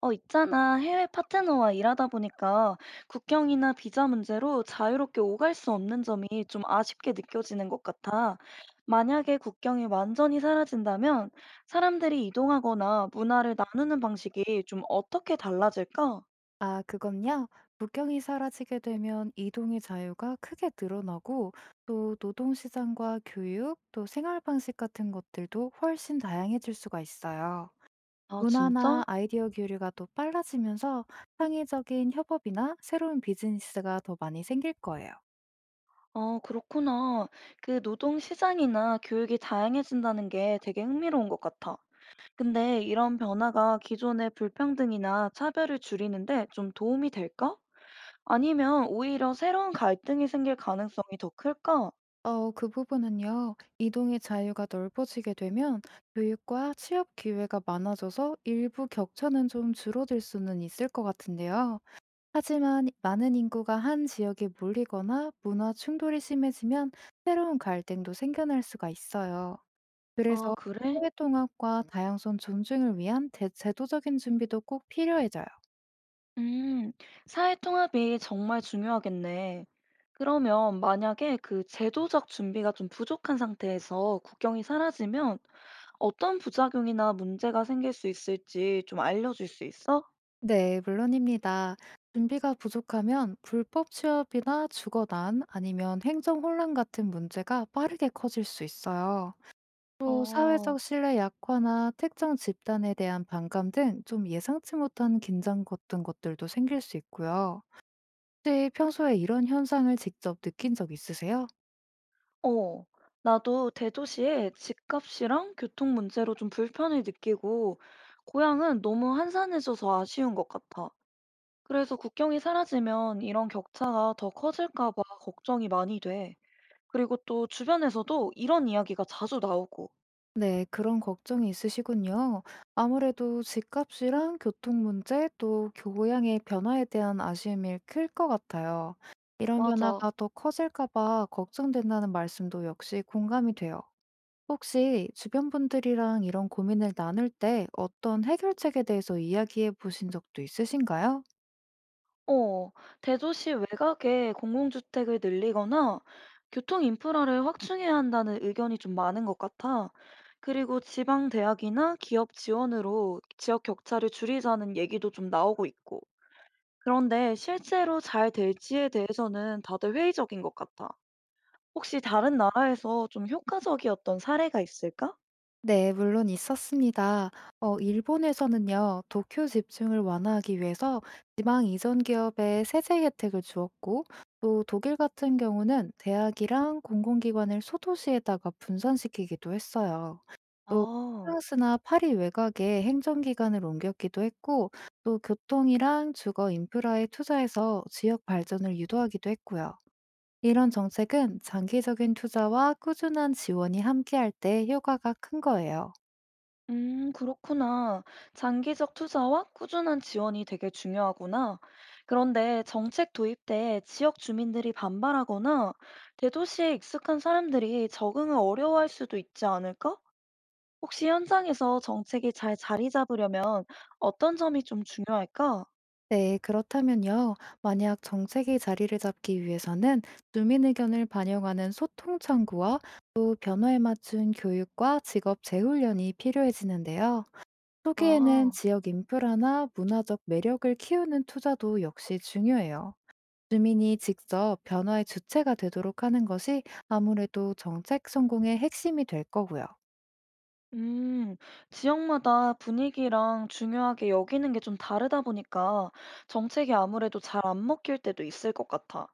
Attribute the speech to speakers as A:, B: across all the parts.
A: 있잖아. 해외 파트너와 일하다 보니까 국경이나 비자 문제로 자유롭게 오갈 수 없는 점이 좀 아쉽게 느껴지는 것 같아. 만약에 국경이 완전히 사라진다면 사람들이 이동하거나 문화를 나누는 방식이 좀 어떻게 달라질까?
B: 아, 그건요. 국경이 사라지게 되면 이동의 자유가 크게 늘어나고 또 노동시장과 교육, 또 생활 방식 같은 것들도 훨씬 다양해질 수가 있어요.
A: 아,
B: 문화나
A: 진짜?
B: 아이디어 교류가 또 빨라지면서 창의적인 협업이나 새로운 비즈니스가 더 많이 생길 거예요.
A: 아, 그렇구나. 그 노동 시장이나 교육이 다양해진다는 게 되게 흥미로운 것 같아. 근데 이런 변화가 기존의 불평등이나 차별을 줄이는데 좀 도움이 될까? 아니면 오히려 새로운 갈등이 생길 가능성이 더 클까?
B: 그 부분은요. 이동의 자유가 넓어지게 되면 교육과 취업 기회가 많아져서 일부 격차는 좀 줄어들 수는 있을 것 같은데요. 하지만 많은 인구가 한 지역에 몰리거나 문화 충돌이 심해지면 새로운 갈등도 생겨날 수가 있어요.
A: 아,
B: 그래서
A: 그래?
B: 사회 통합과 다양성 존중을 위한 제도적인 준비도 꼭 필요해져요.
A: 음, 사회 통합이 정말 중요하겠네. 그러면 만약에 그 제도적 준비가 좀 부족한 상태에서 국경이 사라지면 어떤 부작용이나 문제가 생길 수 있을지 좀 알려줄 수 있어?
B: 네, 물론입니다. 준비가 부족하면 불법 취업이나 주거난 아니면 행정 혼란 같은 문제가 빠르게 커질 수 있어요. 또
A: 어,
B: 사회적 신뢰 약화나 특정 집단에 대한 반감 등 좀 예상치 못한 긴장 같은 것들도 생길 수 있고요. 혹시 평소에 이런 현상을 직접 느낀 적 있으세요?
A: 어. 나도 대도시에 집값이랑 교통 문제로 좀 불편을 느끼고, 고향은 너무 한산해져서 아쉬운 것 같아. 그래서 국경이 사라지면 이런 격차가 더 커질까 봐 걱정이 많이 돼. 그리고 또 주변에서도 이런 이야기가 자주 나오고.
B: 네, 그런 걱정이 있으시군요. 아무래도 집값이랑 교통 문제 또 교양의 변화에 대한 아쉬움이 클 것 같아요. 이런
A: 맞아.
B: 변화가 더 커질까 봐 걱정된다는 말씀도 역시 공감이 돼요. 혹시 주변 분들이랑 이런 고민을 나눌 때 어떤 해결책에 대해서 이야기해 보신 적도 있으신가요?
A: 어, 대도시 외곽에 공공주택을 늘리거나 교통 인프라를 확충해야 한다는 의견이 좀 많은 것 같아. 그리고 지방 대학이나 기업 지원으로 지역 격차를 줄이자는 얘기도 좀 나오고 있고. 그런데 실제로 잘 될지에 대해서는 다들 회의적인 것 같아. 혹시 다른 나라에서 좀 효과적이었던 사례가 있을까?
B: 네, 물론 있었습니다. 일본에서는요, 도쿄 집중을 완화하기 위해서 지방 이전 기업에 세제 혜택을 주었고, 또 독일 같은 경우는 대학이랑 공공기관을 소도시에다가 분산시키기도 했어요. 또
A: 아.
B: 프랑스나 파리 외곽에 행정기관을 옮겼기도 했고, 또 교통이랑 주거 인프라에 투자해서 지역 발전을 유도하기도 했고요. 이런 정책은 장기적인 투자와 꾸준한 지원이 함께할 때 효과가 큰 거예요.
A: 그렇구나. 장기적 투자와 꾸준한 지원이 되게 중요하구나. 그런데 정책 도입 때 지역 주민들이 반발하거나 대도시에 익숙한 사람들이 적응을 어려워할 수도 있지 않을까? 혹시 현장에서 정책이 잘 자리 잡으려면 어떤 점이 좀 중요할까?
B: 네, 그렇다면요. 만약 정책이 자리를 잡기 위해서는 주민 의견을 반영하는 소통 창구와 또 변화에 맞춘 교육과 직업 재훈련이 필요해지는데요. 초기에는
A: 아.
B: 지역 인프라나 문화적 매력을 키우는 투자도 역시 중요해요. 주민이 직접 변화의 주체가 되도록 하는 것이 아무래도 정책 성공의 핵심이 될 거고요.
A: 음, 지역마다 분위기랑 중요하게 여기는 게 좀 다르다 보니까 정책이 아무래도 잘 안 먹힐 때도 있을 것 같아.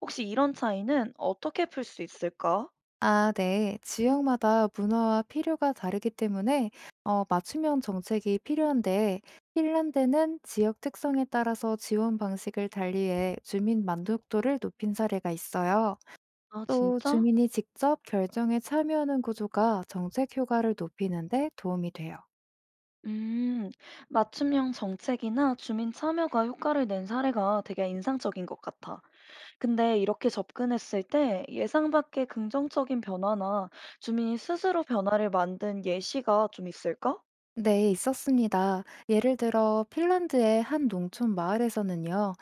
A: 혹시 이런 차이는 어떻게 풀 수 있을까?
B: 아, 네. 지역마다 문화와 필요가 다르기 때문에 맞춤형 정책이 필요한데, 핀란드는 지역 특성에 따라서 지원 방식을 달리해 주민 만족도를 높인 사례가 있어요.
A: 아,
B: 또
A: 진짜?
B: 주민이 직접 결정에 참여하는 구조가 정책 효과를 높이는 데 도움이 돼요.
A: 음, 맞춤형 정책이나 주민 참여가 효과를 낸 사례가 되게 인상적인 것 같아. 근데 이렇게 접근했을 때 예상 밖의 긍정적인 변화나 주민이 스스로 변화를 만든 예시가 좀 있을까?
B: 네, 있었습니다. 예를 들어 핀란드의 한 농촌 마을에서는요,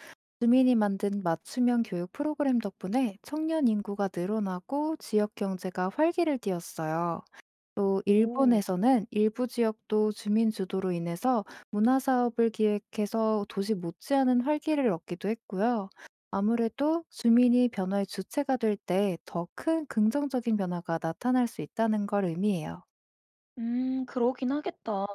B: 주민이 만든 맞춤형 교육 프로그램 덕분에 청년 인구가 늘어나고 지역 경제가 활기를 띠었어요. 또
A: 오.
B: 일본에서는 일부 지역도 주민 주도로 인해서 문화 사업을 기획해서 도시 못지않은 활기를 얻기도 했고요. 아무래도 주민이 변화의 주체가 될 때 더 큰 긍정적인 변화가 나타날 수 있다는 걸 의미해요.
A: 그러긴 하겠다.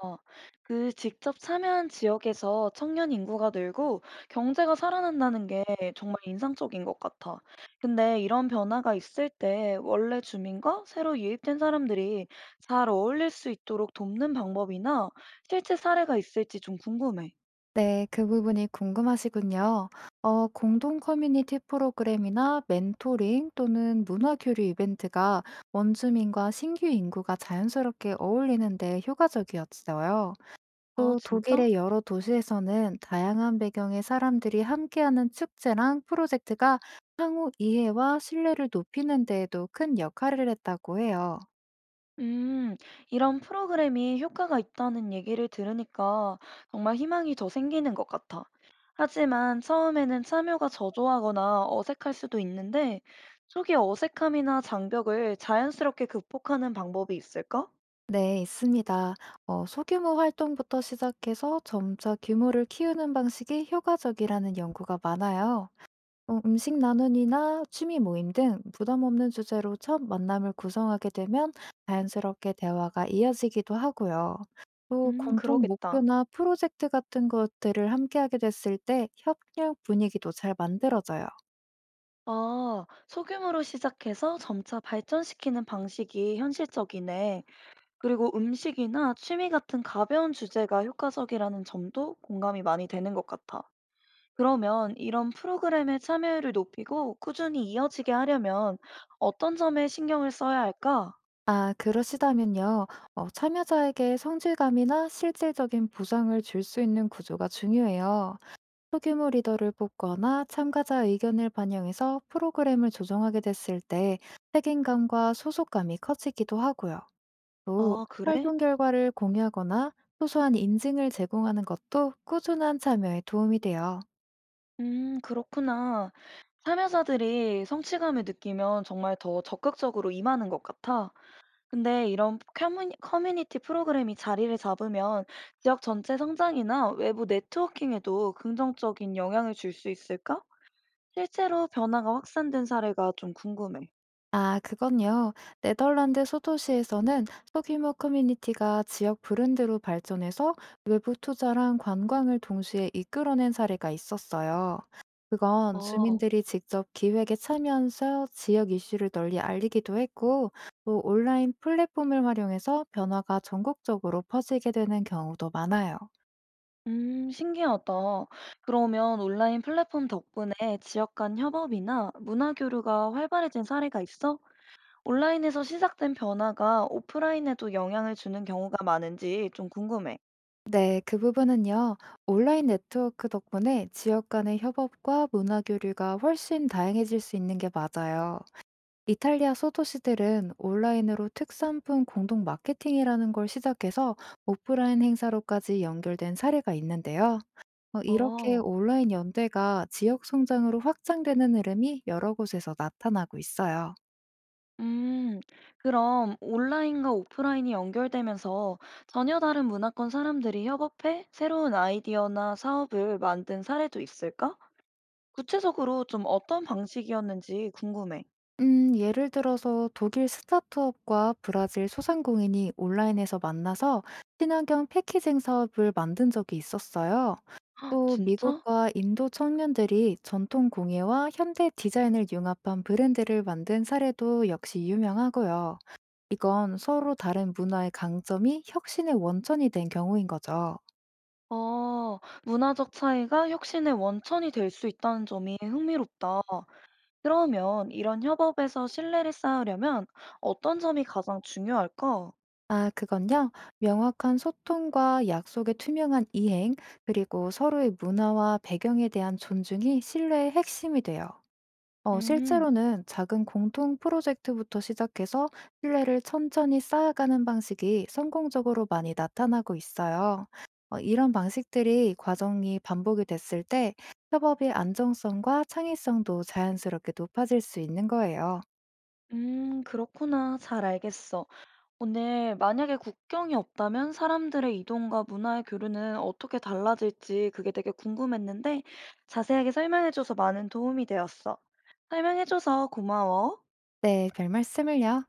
A: 그 직접 참여한 지역에서 청년 인구가 늘고 경제가 살아난다는 게 정말 인상적인 것 같아. 근데 이런 변화가 있을 때 원래 주민과 새로 유입된 사람들이 잘 어울릴 수 있도록 돕는 방법이나 실제 사례가 있을지 좀 궁금해.
B: 네, 그 부분이 궁금하시군요. 공동 커뮤니티 프로그램이나 멘토링 또는 문화 교류 이벤트가 원주민과 신규 인구가 자연스럽게 어울리는데 효과적이었어요.
A: 아,
B: 또
A: 진짜?
B: 독일의 여러 도시에서는 다양한 배경의 사람들이 함께하는 축제랑 프로젝트가 상호 이해와 신뢰를 높이는 데에도 큰 역할을 했다고 해요.
A: 음, 이런 프로그램이 효과가 있다는 얘기를 들으니까 정말 희망이 더 생기는 것 같아. 하지만 처음에는 참여가 저조하거나 어색할 수도 있는데, 초기 어색함이나 장벽을 자연스럽게 극복하는 방법이 있을까?
B: 네, 있습니다. 소규모 활동부터 시작해서 점차 규모를 키우는 방식이 효과적이라는 연구가 많아요. 음식 나눔이나 취미 모임 등 부담 없는 주제로 첫 만남을 구성하게 되면 자연스럽게 대화가 이어지기도 하고요. 또 공통
A: 그러겠다.
B: 목표나 프로젝트 같은 것들을 함께하게 됐을 때 협력 분위기도 잘 만들어져요.
A: 아, 소규모로 시작해서 점차 발전시키는 방식이 현실적이네. 그리고 음식이나 취미 같은 가벼운 주제가 효과적이라는 점도 공감이 많이 되는 것 같아. 그러면 이런 프로그램의 참여율을 높이고 꾸준히 이어지게 하려면 어떤 점에 신경을 써야 할까?
B: 아, 그러시다면요. 참여자에게 성실감이나 실질적인 보상을 줄 수 있는 구조가 중요해요. 소규모 리더를 뽑거나 참가자 의견을 반영해서 프로그램을 조정하게 됐을 때 책임감과 소속감이 커지기도 하고요. 또
A: 아, 그래?
B: 활동 결과를 공유하거나 소소한 인증을 제공하는 것도 꾸준한 참여에 도움이 돼요.
A: 그렇구나. 참여자들이 성취감을 느끼면 정말 더 적극적으로 임하는 것 같아. 근데 이런 커뮤니티 프로그램이 자리를 잡으면 지역 전체 성장이나 외부 네트워킹에도 긍정적인 영향을 줄 수 있을까? 실제로 변화가 확산된 사례가 좀 궁금해.
B: 아, 그건요. 네덜란드 소도시에서는 소규모 커뮤니티가 지역 브랜드로 발전해서 외부 투자랑 관광을 동시에 이끌어낸 사례가 있었어요. 그건
A: 어,
B: 주민들이 직접 기획에 참여하면서 지역 이슈를 널리 알리기도 했고, 또 온라인 플랫폼을 활용해서 변화가 전국적으로 퍼지게 되는 경우도 많아요.
A: 신기하다. 그러면 온라인 플랫폼 덕분에 지역 간 협업이나 문화 교류가 활발해진 사례가 있어? 온라인에서 시작된 변화가 오프라인에도 영향을 주는 경우가 많은지 좀 궁금해.
B: 네, 그 부분은요. 온라인 네트워크 덕분에 지역 간의 협업과 문화 교류가 훨씬 다양해질 수 있는 게 맞아요. 이탈리아 소도시들은 온라인으로 특산품 공동 마케팅이라는 걸 시작해서 오프라인 행사로까지 연결된 사례가 있는데요. 이렇게
A: 어,
B: 온라인 연대가 지역 성장으로 확장되는 흐름이 여러 곳에서 나타나고 있어요.
A: 음, 그럼 온라인과 오프라인이 연결되면서 전혀 다른 문화권 사람들이 협업해 새로운 아이디어나 사업을 만든 사례도 있을까? 구체적으로 좀 어떤 방식이었는지 궁금해.
B: 예를 들어서 독일 스타트업과 브라질 소상공인이 온라인에서 만나서 친환경 패키징 사업을 만든 적이 있었어요.
A: 헉,
B: 또
A: 진짜?
B: 미국과 인도 청년들이 전통 공예와 현대 디자인을 융합한 브랜드를 만든 사례도 역시 유명하고요. 이건 서로 다른 문화의 강점이 혁신의 원천이 된 경우인 거죠.
A: 어, 문화적 차이가 혁신의 원천이 될 수 있다는 점이 흥미롭다. 그러면 이런 협업에서 신뢰를 쌓으려면 어떤 점이 가장 중요할까?
B: 아, 그건요. 명확한 소통과 약속의 투명한 이행, 그리고 서로의 문화와 배경에 대한 존중이 신뢰의 핵심이 돼요.
A: 음,
B: 실제로는 작은 공통 프로젝트부터 시작해서 신뢰를 천천히 쌓아가는 방식이 성공적으로 많이 나타나고 있어요. 이런 방식들이 과정이 반복이 됐을 때 협업의 안정성과 창의성도 자연스럽게 높아질 수 있는 거예요.
A: 그렇구나. 잘 알겠어. 오늘 만약에 국경이 없다면 사람들의 이동과 문화의 교류는 어떻게 달라질지 그게 되게 궁금했는데 자세하게 설명해줘서 많은 도움이 되었어. 설명해줘서 고마워.
B: 네, 별 말씀을요.